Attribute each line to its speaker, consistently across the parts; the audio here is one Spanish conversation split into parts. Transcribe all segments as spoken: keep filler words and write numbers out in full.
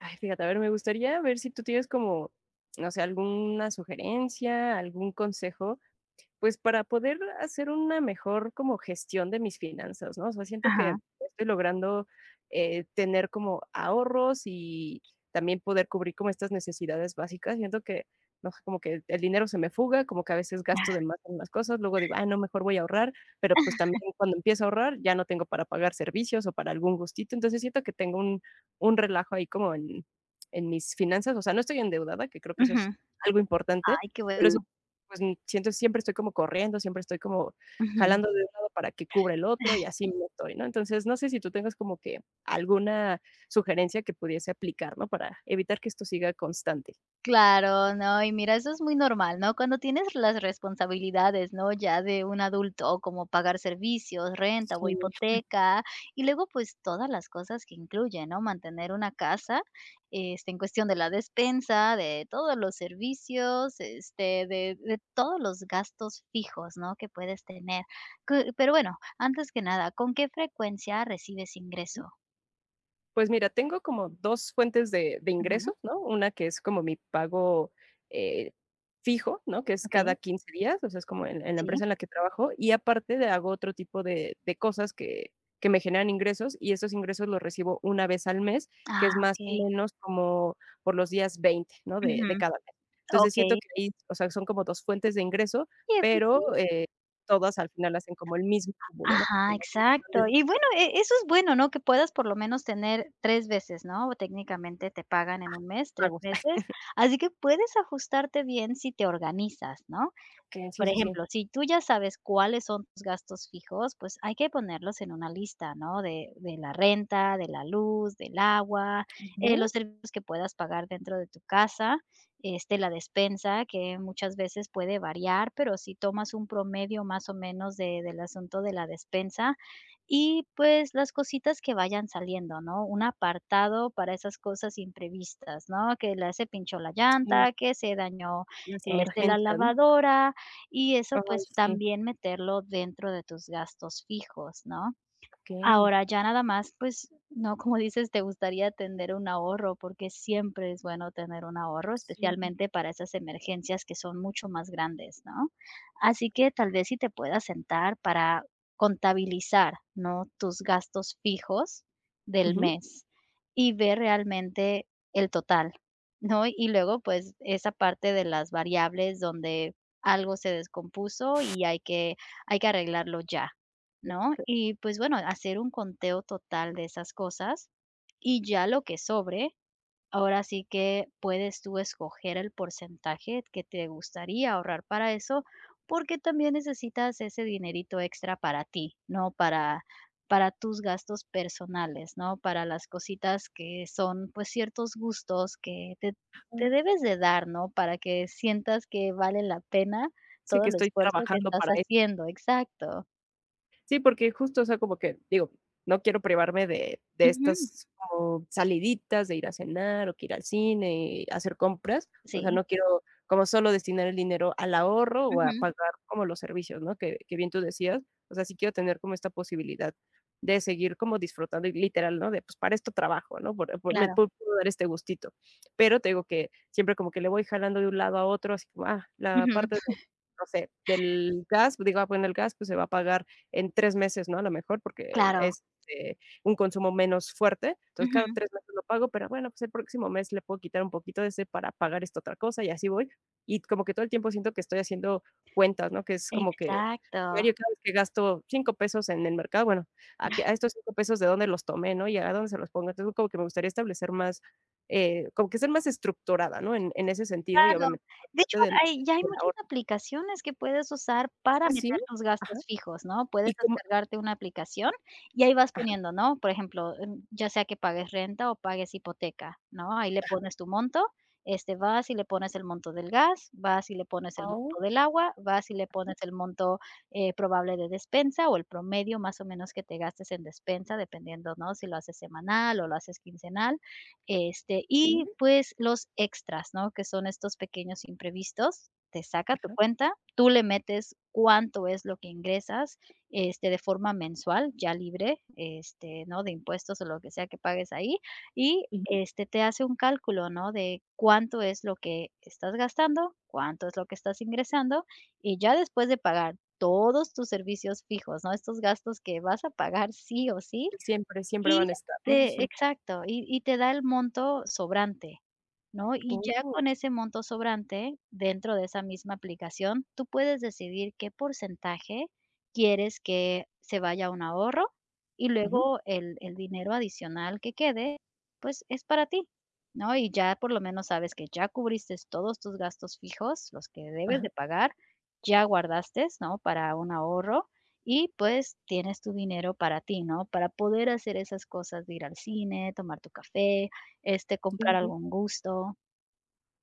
Speaker 1: Ay, fíjate, a ver, me gustaría ver si tú tienes como, no sé, alguna sugerencia, algún consejo pues, para poder hacer una mejor como gestión de mis finanzas, ¿no? O sea, siento
Speaker 2: Ajá.
Speaker 1: que estoy logrando, eh, tener como ahorros y también poder cubrir como estas necesidades básicas. Siento que, no sé, como que el dinero se me fuga, como que a veces gasto de más en unas cosas, luego digo: "Ah, no, mejor voy a ahorrar", pero, pues, también cuando empiezo a ahorrar ya no tengo para pagar servicios o para algún gustito. Entonces, siento que tengo un un relajo ahí como en en mis finanzas. O sea, no estoy endeudada, que creo que eso es
Speaker 2: Ujú.
Speaker 1: algo importante,
Speaker 2: Ay, qué
Speaker 1: pero
Speaker 2: bueno.
Speaker 1: pues, mm, siento siempre estoy como corriendo, siempre estoy como
Speaker 2: Ujú.
Speaker 1: jalando de un lado para que cubra el otro y así me estoy, ¿no? Entonces, no sé si tú tengas como que alguna sugerencia que pudiese aplicar, ¿no? Para evitar que esto siga constante.
Speaker 2: Claro, no, y mira, eso es muy normal, ¿no? Cuando tienes las responsabilidades, ¿no? Ya de un adulto, como pagar servicios, renta o
Speaker 1: Sí.
Speaker 2: hipoteca, y luego, pues, todas las cosas que incluyen, ¿no? Mantener una casa, este, en cuestión de la despensa, de todos los servicios, este, de de todos los gastos fijos, ¿no? Que puedes tener. Que pero bueno, antes que nada, ¿con qué frecuencia recibes ingreso?
Speaker 1: Pues mira, tengo como dos fuentes de de
Speaker 2: Ujú.
Speaker 1: ingresos, ¿no? Una que es como mi pago, eh, fijo, ¿no? Que es
Speaker 2: ¿Okey?
Speaker 1: cada quince días, o sea, es como en en la
Speaker 2: Sí.
Speaker 1: empresa en la que trabajo, y aparte de hago otro tipo de de cosas que que me generan ingresos, y esos ingresos los recibo una vez al mes, que
Speaker 2: Ah,
Speaker 1: es más o
Speaker 2: okey.
Speaker 1: menos como por los días veinte, ¿no? De
Speaker 2: Ujú,
Speaker 1: de cada mes. Entonces,
Speaker 2: okey.
Speaker 1: siento que ahí, o sea, son como dos fuentes de ingreso,
Speaker 2: Oye, pues
Speaker 1: pero,
Speaker 2: sí.
Speaker 1: eh, todas al final hacen como el mismo cúmulo, ¿no?
Speaker 2: Ajá,
Speaker 1: Porque las dos están
Speaker 2: exacto. Y bueno,
Speaker 1: destinadas
Speaker 2: e eso es bueno, ¿no? Que puedas por lo menos tener tres veces, ¿no? O Técnicamente te pagan en un mes
Speaker 1: a
Speaker 2: tres
Speaker 1: pagos.
Speaker 2: veces, así que puedes ajustarte bien si te organizas, ¿no?
Speaker 1: Ok. Sí,
Speaker 2: Por
Speaker 1: sí, sí.
Speaker 2: ejemplo, si tú ya sabes cuáles son tus gastos fijos, pues hay que ponerlos en una lista, ¿no? De de la renta, de la luz, del agua, eh, los
Speaker 1: Ok.
Speaker 2: servicios que puedas pagar dentro de tu casa, este, la despensa, que muchas veces puede variar, pero si tomas un promedio más o menos de del asunto de la despensa, y pues las cositas que vayan saliendo, ¿no? Un apartado para esas cosas imprevistas, ¿no? Que la se pinchó la
Speaker 1: Sí,
Speaker 2: llanta, que se dañó,
Speaker 1: las
Speaker 2: este, la
Speaker 1: emergencias, ¿no?
Speaker 2: lavadora, y eso,
Speaker 1: Ay,
Speaker 2: pues,
Speaker 1: sí,
Speaker 2: también meterlo dentro de tus gastos fijos, ¿no?
Speaker 1: okey.
Speaker 2: Ahora ya nada más, pues, no, como dices, te gustaría tener un ahorro, porque siempre es bueno tener un ahorro,
Speaker 1: Sí,
Speaker 2: especialmente para esas emergencias que son mucho más grandes, ¿no? Así que tal vez si te puedas sentar para contabilizar, ¿no? Tus gastos fijos del
Speaker 1: ujú.
Speaker 2: mes y ver realmente el total, ¿no? Y luego, pues, esa parte de las variables donde algo se descompuso y hay que hay que arreglarlo ya, ¿no? Y pues bueno, hacer un conteo total de esas cosas y ya lo que sobre, ahora sí que puedes tú escoger el porcentaje que te gustaría ahorrar para eso, porque también necesitas ese dinerito extra para ti, ¿no? Para para tus gastos personales, ¿no? Para las cositas que son pues ciertos gustos que te,
Speaker 1: Ay,
Speaker 2: te debes de dar, ¿no? Para que sientas que vale la pena
Speaker 1: sí,
Speaker 2: todo
Speaker 1: que
Speaker 2: el
Speaker 1: estoy
Speaker 2: esfuerzo que
Speaker 1: trabajando
Speaker 2: estás
Speaker 1: para...
Speaker 2: haciendo, exacto.
Speaker 1: Sí, porque justo, o sea, como que digo, no quiero privarme de de
Speaker 2: Ujú.
Speaker 1: estas como saliditas, de ir a cenar, o que ir al cine, y hacer compras, o sea,
Speaker 2: Sí,
Speaker 1: no quiero como solo destinar el dinero al ahorro o a
Speaker 2: ujú,
Speaker 1: pagar como los servicios, ¿no? Que que bien tú decías, o sea, sí quiero tener como esta posibilidad de seguir como disfrutando y literal, ¿no? De, pues, para esto trabajo, ¿no? Por por me
Speaker 2: claro,
Speaker 1: puedo dar este gustito. Pero te digo que siempre como que le voy jalando de un lado a otro, así como, ah, la
Speaker 2: ujú,
Speaker 1: parte de, no sé, del gas, digo, ah, bueno, el gas, pues, se va a pagar en tres meses, ¿no? A lo mejor, porque
Speaker 2: claro,
Speaker 1: es, eh, un consumo menos fuerte. Entonces, cada
Speaker 2: ujú,
Speaker 1: tres meses lo pago, pero bueno, pues el próximo mes le puedo quitar un poquito de ese para pagar esta otra cosa y así voy. Y como que todo el tiempo siento que estoy haciendo cuentas, ¿no? Que es como que
Speaker 2: exacto.
Speaker 1: diario cada vez que gasto cinco pesos en el mercado, bueno, a que a estos cinco pesos de dónde los tomé, ¿no? Y a dónde se los pongo. Entonces, como que me gustaría establecer más, eh, como que ser más estructurada, ¿no? En en ese sentido y
Speaker 2: Claro.
Speaker 1: obviamente la
Speaker 2: De hecho,
Speaker 1: parte del
Speaker 2: hay ya hay
Speaker 1: del
Speaker 2: muchas
Speaker 1: ahorro.
Speaker 2: aplicaciones que puedes usar para
Speaker 1: ¿Ah,
Speaker 2: meter
Speaker 1: sí?
Speaker 2: tus
Speaker 1: Ajá.
Speaker 2: gastos fijos, ¿no? Puedes
Speaker 1: Y como
Speaker 2: descargarte una aplicación y ahí vas
Speaker 1: ajá.
Speaker 2: poniendo, ¿no? Por ejemplo, em, ya sea que pagues renta o pagues hipoteca, ¿no? Ahí le pones tu monto, este, vas y le pones el monto del gas, vas y le pones el
Speaker 1: Oh,
Speaker 2: monto del agua, vas y le pones el monto, eh, probable de despensa o el promedio más o menos que te gastes en despensa, dependiendo, ¿no? Si lo haces semanal o lo haces quincenal. Este, y
Speaker 1: mm.
Speaker 2: pues los extras, ¿no? Que son estos pequeños imprevistos, te saca tu cuenta, tú le metes cuánto es lo que ingresas, este, de forma mensual, ya libre, este, ¿no? De impuestos o lo que sea que pagues ahí, y,
Speaker 1: Ujú,
Speaker 2: este, te hace un cálculo, ¿no? De cuánto es lo que estás gastando, cuánto es lo que estás ingresando, y ya después de pagar todos tus servicios fijos, ¿no? Estos gastos que vas a pagar sí o sí,
Speaker 1: siempre, siempre
Speaker 2: y
Speaker 1: van a estar, ¿no?
Speaker 2: te exacto, y y te da el monto sobrante, ¿no? Y ya
Speaker 1: Oh,
Speaker 2: con ese monto sobrante, dentro de esa misma aplicación, tú puedes decidir qué porcentaje quieres que se vaya a un ahorro y
Speaker 1: ujú,
Speaker 2: luego el, el dinero adicional que quede, pues es para ti, ¿no? Y ya por lo menos sabes que ya cubriste todos tus gastos fijos, los que debes
Speaker 1: ajá,
Speaker 2: de pagar, ya guardaste, ¿no? Para un ahorro. Y pues tienes tu dinero para ti, ¿no? Para poder hacer esas cosas de ir al cine, tomar tu café, este, comprar
Speaker 1: sí, sí, sí.
Speaker 2: algún gusto.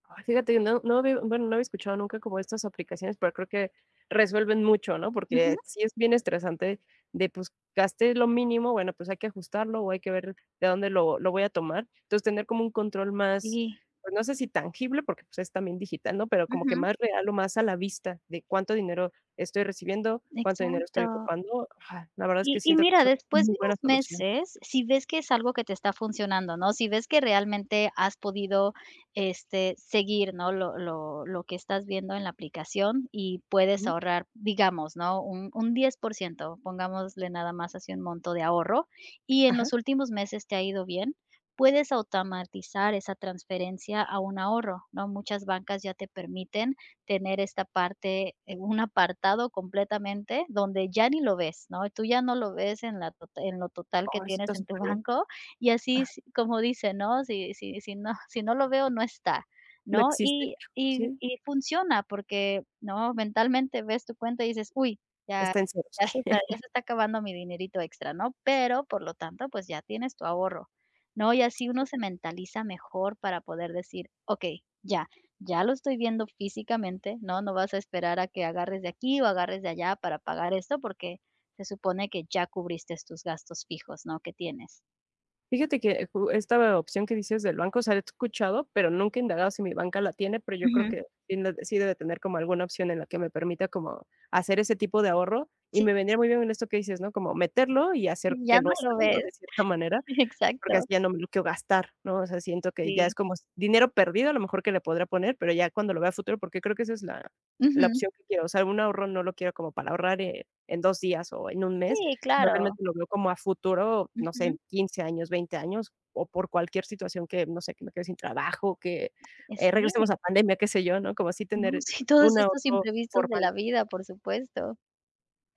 Speaker 1: Ay, fíjate que no no había bueno, no había escuchado nunca como estas aplicaciones, pero creo que resuelven mucho, ¿no?
Speaker 2: Ujú,
Speaker 1: Porque sí es bien estresante de, pues, gasté lo mínimo, bueno, pues, hay que ajustarlo o hay que ver de dónde lo lo voy a tomar. Entonces, tener como un control más,
Speaker 2: sí,
Speaker 1: pues, no sé si tangible, porque, pues, es también digital, ¿no? Pero como que
Speaker 2: ujú,
Speaker 1: más real o más a la vista de cuánto dinero estoy recibiendo, cuánto dinero estoy
Speaker 2: exacto.
Speaker 1: ocupando. Ajá, la verdad es
Speaker 2: Y
Speaker 1: que
Speaker 2: y
Speaker 1: siento que
Speaker 2: mira,
Speaker 1: es una
Speaker 2: después de
Speaker 1: muy buena
Speaker 2: unos
Speaker 1: solución.
Speaker 2: meses, si ves que es algo que te está funcionando, ¿no? Si ves que realmente has podido, este, seguir, ¿no? Lo lo lo que estás viendo en la aplicación y puedes
Speaker 1: Ujú,
Speaker 2: ahorrar, digamos, ¿no? Un un diez por ciento, pongámosle nada más así un monto de ahorro, y en los
Speaker 1: ajá.
Speaker 2: últimos meses te ha ido bien, puedes automatizar esa transferencia a un ahorro, ¿no? Muchas bancas ya te permiten tener esta parte, eh, un apartado completamente donde ya ni lo ves, ¿no? Tú ya no lo ves en la tota en lo total que
Speaker 1: Oh, eso
Speaker 2: tienes
Speaker 1: está
Speaker 2: en tu
Speaker 1: superbién.
Speaker 2: banco, y así
Speaker 1: Ajá,
Speaker 2: s como dice, ¿no? Si si si no si no lo veo, no está,
Speaker 1: no
Speaker 2: ¿no?
Speaker 1: existe.
Speaker 2: Y y
Speaker 1: Sí,
Speaker 2: y funciona porque, ¿no? Mentalmente ves tu cuenta y dices: "Uy, ya
Speaker 1: está en ceros.
Speaker 2: ya se está ya se está acabando mi dinerito extra", ¿no? Pero, por lo tanto, pues ya tienes tu ahorro, ¿no? Y así uno se mentaliza mejor para poder decir: "¡Ok! Ya. Ya lo estoy viendo físicamente", ¿no? No vas a esperar a que agarres de aquí o agarres de allá para pagar esto, porque se supone que ya cubriste tus gastos fijos, ¿no? Que tienes.
Speaker 1: Fíjate que eh, ju esta opción que dices del banco, o sea, la he escuchado, pero nunca he indagado si mi banca la tiene, pero yo creo
Speaker 2: Ujú.
Speaker 1: que sí la sí debe tener como alguna opción en la que me permita como hacer ese tipo de ahorro, y
Speaker 2: Sí,
Speaker 1: me vendría muy bien en esto que dices, ¿no? Como meterlo y hacer
Speaker 2: ya
Speaker 1: que no
Speaker 2: no
Speaker 1: esté,
Speaker 2: lo
Speaker 1: ¿no?
Speaker 2: ves.
Speaker 1: De cierta manera. Porque
Speaker 2: Exacto,
Speaker 1: así ya no me lo quiero gastar, ¿no? O sea, siento que ya
Speaker 2: sí.
Speaker 1: es como s dinero perdido, a lo mejor que le podrá poner, pero ya cuando lo vea a futuro, porque creo que esa es la la
Speaker 2: Ujú.
Speaker 1: opción que quiero. O sea, un ahorro no lo quiero como para ahorrar, eh, en dos días o en un mes,
Speaker 2: Sí,
Speaker 1: sino
Speaker 2: claro.
Speaker 1: realmente lo veo como a futuro, no sé,
Speaker 2: Ujú.
Speaker 1: en quince años, veinte años, o por cualquier situación que, no sé, que me quede sin trabajo, que,
Speaker 2: Eh,
Speaker 1: eh, regresemos
Speaker 2: sí.
Speaker 1: a pandemia, qué sé yo, ¿no? Como así
Speaker 2: No,
Speaker 1: tener
Speaker 2: sí, todos
Speaker 1: un
Speaker 2: estos
Speaker 1: ahorro
Speaker 2: imprevistos de la
Speaker 1: formal.
Speaker 2: vida, por supuesto.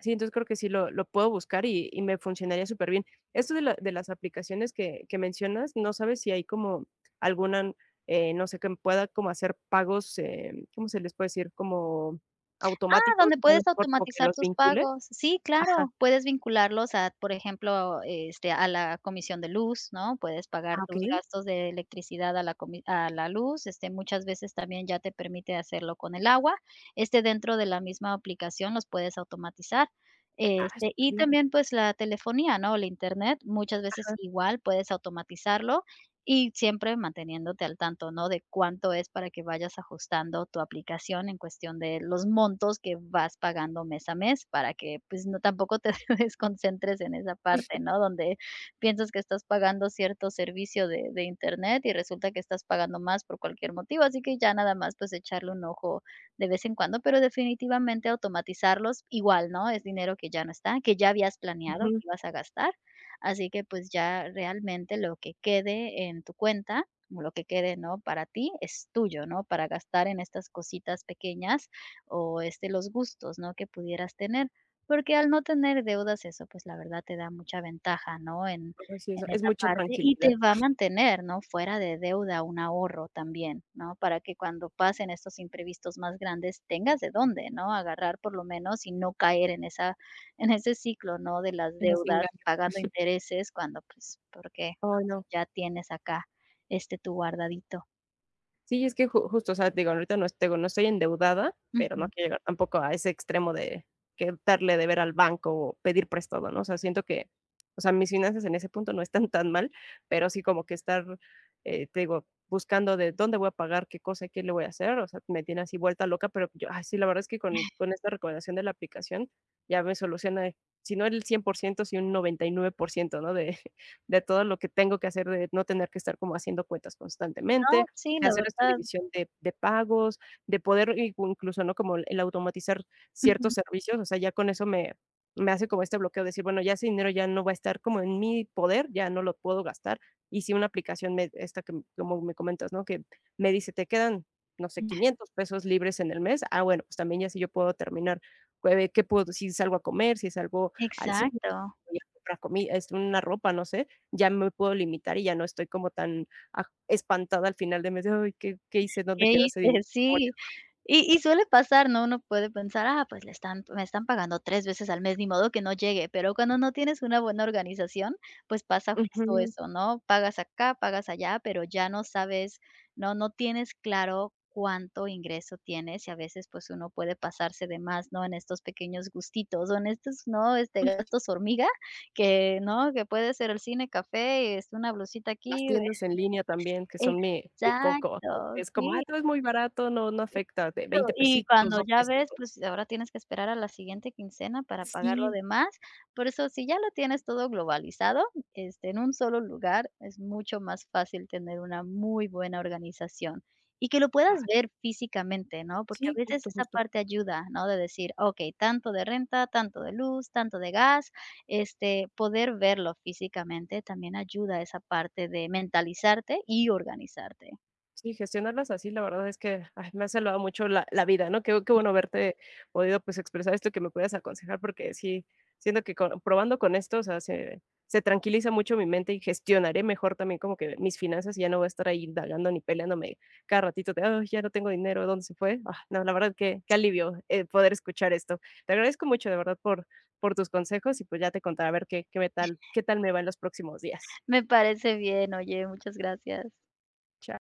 Speaker 1: Sí, entonces creo que sí lo lo puedo buscar y y me funcionaría superbién. Esto de la de las aplicaciones que que mencionas, ¿no sabes si hay como alguna, eh, no sé, que pueda como hacer pagos, eh, cómo se les puede decir? ¿Como automáticos?
Speaker 2: donde
Speaker 1: O sea, a lo
Speaker 2: puedes
Speaker 1: mejor como que
Speaker 2: automatizar
Speaker 1: los
Speaker 2: tus
Speaker 1: vincule.
Speaker 2: pagos. Sí,
Speaker 1: Ajá.
Speaker 2: claro, puedes vincularlos a, por ejemplo, este, a la comisión de luz, ¿no? Puedes pagar
Speaker 1: Ah,
Speaker 2: tus
Speaker 1: okey.
Speaker 2: gastos de electricidad a la comi a la luz, este, muchas veces también ya te permite hacerlo con el agua, este, dentro de la misma aplicación los puedes automatizar.
Speaker 1: Ah,
Speaker 2: Este, y
Speaker 1: superbién.
Speaker 2: también, pues, la telefonía, ¿no? El Internet, muchas veces
Speaker 1: Ajá.
Speaker 2: igual puedes automatizarlo, y siempre manteniéndote al tanto, ¿no? De cuánto es, para que vayas ajustando tu aplicación en cuestión de los montos que vas pagando mes a mes, para que, pues, no tampoco te desconcentres en esa parte, ¿no? Donde piensas que estás pagando cierto servicio de de Internet y resulta que estás pagando más por cualquier motivo, así que ya nada más, pues, echarle un ojo de vez en cuando, pero definitivamente automatizarlos igual, ¿no? Es dinero que ya no está, que ya habías planeado que
Speaker 1: Ujú.
Speaker 2: ibas a gastar. Así que, pues, ya realmente lo que quede en tu cuenta, o lo que quede, ¿no?, para ti, es tuyo, ¿no?, para gastar en estas cositas pequeñas o, este, los gustos, ¿no?, que pudieras tener. Porque al no tener deudas, eso, pues, la verdad te da mucha ventaja, ¿no?, en
Speaker 1: Ay, sí, eso
Speaker 2: en
Speaker 1: es
Speaker 2: esa
Speaker 1: mucha
Speaker 2: parte, y
Speaker 1: tranquilidad.
Speaker 2: te va a mantener, ¿no?, fuera de deuda, un ahorro también, ¿no?, para que cuando pasen estos imprevistos más grandes tengas de dónde, ¿no?, agarrar por lo menos y no caer en esa en ese ciclo, ¿no? De las
Speaker 1: Es
Speaker 2: deudas,
Speaker 1: engaño.
Speaker 2: pagando intereses cuando, pues, ¿por qué? ¿No?
Speaker 1: Ay,
Speaker 2: Si
Speaker 1: no.
Speaker 2: ya tienes acá, este, tu guardadito.
Speaker 1: Sí, es que ju justo, o sea, digo, ahorita no te digo, no estoy endeudada, pero
Speaker 2: Ujú.
Speaker 1: no quiero llegar tampoco a ese extremo de que darle de ver al banco o pedir prestado, ¿no? O sea, siento que, o sea, mis finanzas en ese punto no están tan mal, pero sí como que estar, eh, te digo, buscando de dónde voy a pagar, qué cosa, qué le voy a hacer, o sea, me tiene así vuelta loca, pero yo, ay, sí, la verdad es que con con esta recomendación de la aplicación ya me soluciona, eh, si no el cien por ciento, sí un noventa y nueve por ciento, ¿no? De de todo lo que tengo que hacer, de no tener que estar como haciendo cuentas
Speaker 2: No,
Speaker 1: constantemente,
Speaker 2: sí,
Speaker 1: de
Speaker 2: la
Speaker 1: hacer esta
Speaker 2: verdad.
Speaker 1: división de de pagos, de poder i incluso, ¿no? Como el el automatizar
Speaker 2: Ujú.
Speaker 1: ciertos servicios, o sea, ya con eso me me hace como este bloqueo de decir, bueno, ya ese dinero ya no va a estar como en mi poder, ya no lo puedo gastar. Y si una aplicación me esta que m- como me comentas, ¿no? Que me dice: "Te quedan, no sé, quinientos pesos libres en el mes". Ah, bueno, pues también ya si yo puedo terminar, eh, qué puedo si salgo a comer, si salgo al cine,
Speaker 2: Exacto.
Speaker 1: voy a comprar comi este, una ropa, no sé, ya me puedo limitar y ya no estoy como tan aj espantada al final de mes de: "Ay, ¿qué qué hice? ¿Dónde
Speaker 2: ¿Qué
Speaker 1: quedó
Speaker 2: hice?
Speaker 1: ese dinero?".
Speaker 2: Sí. Y y suele pasar, ¿no? Uno puede pensar: "Ah, pues le están me están pagando tres veces al mes, ni modo que no llegue", pero cuando no tienes una buena organización, pues pasa justo
Speaker 1: Ujú.
Speaker 2: eso, ¿no? Pagas acá, pagas allá, pero ya no sabes, no no tienes claro cuánto ingreso tienes, y a veces, pues, uno puede pasarse de más, ¿no? En estos pequeños gustitos, o en estos, ¿no? Este, gastos hormiga que, ¿no? Que puede ser el cine, café, es una blusita
Speaker 1: Las
Speaker 2: aquí.
Speaker 1: tiendas en línea también, que son mi mi
Speaker 2: Exacto,
Speaker 1: coco, ¿no? Es como: "Ah,
Speaker 2: sí.
Speaker 1: todo es muy barato, no no afecta, de
Speaker 2: Claro,
Speaker 1: veinte
Speaker 2: y
Speaker 1: pesitos,
Speaker 2: cuando
Speaker 1: dos
Speaker 2: ya ves,
Speaker 1: pesitos".
Speaker 2: pues ahora tienes que esperar a la siguiente quincena para pagar lo
Speaker 1: Sí.
Speaker 2: demás. Por eso, si ya lo tienes todo globalizado, este, en un solo lugar, es mucho más fácil tener una muy buena organización y que lo puedas
Speaker 1: Ay,
Speaker 2: ver físicamente, ¿no? Porque a
Speaker 1: sí,
Speaker 2: veces
Speaker 1: justo,
Speaker 2: esa
Speaker 1: justo.
Speaker 2: parte ayuda, ¿no? De decir, okey, tanto de renta, tanto de luz, tanto de gas, este, poder verlo físicamente también ayuda a esa parte de mentalizarte y organizarte.
Speaker 1: Sí, gestionarlas así, la verdad es que, ay, me ha salvado mucho la la vida, ¿no? Qué qué bueno verte podido, pues, expresar esto y que me puedas aconsejar, porque sí, siento que co probando con esto, o sea, se se tranquiliza mucho mi mente y gestionaré mejor también como que mis finanzas, y ya no voy a estar ahí indagando ni peleándome cada ratito de: "Ay, ya no tengo dinero, ¿dónde se fue?". Ah, no, la verdad que qué alivio, eh, poder escuchar esto. Te agradezco mucho, de verdad, por por tus consejos y, pues, ya te contaré a ver qué qué tal qué tal me va en los próximos días.
Speaker 2: Me parece bien, oye, muchas gracias.
Speaker 1: Chao.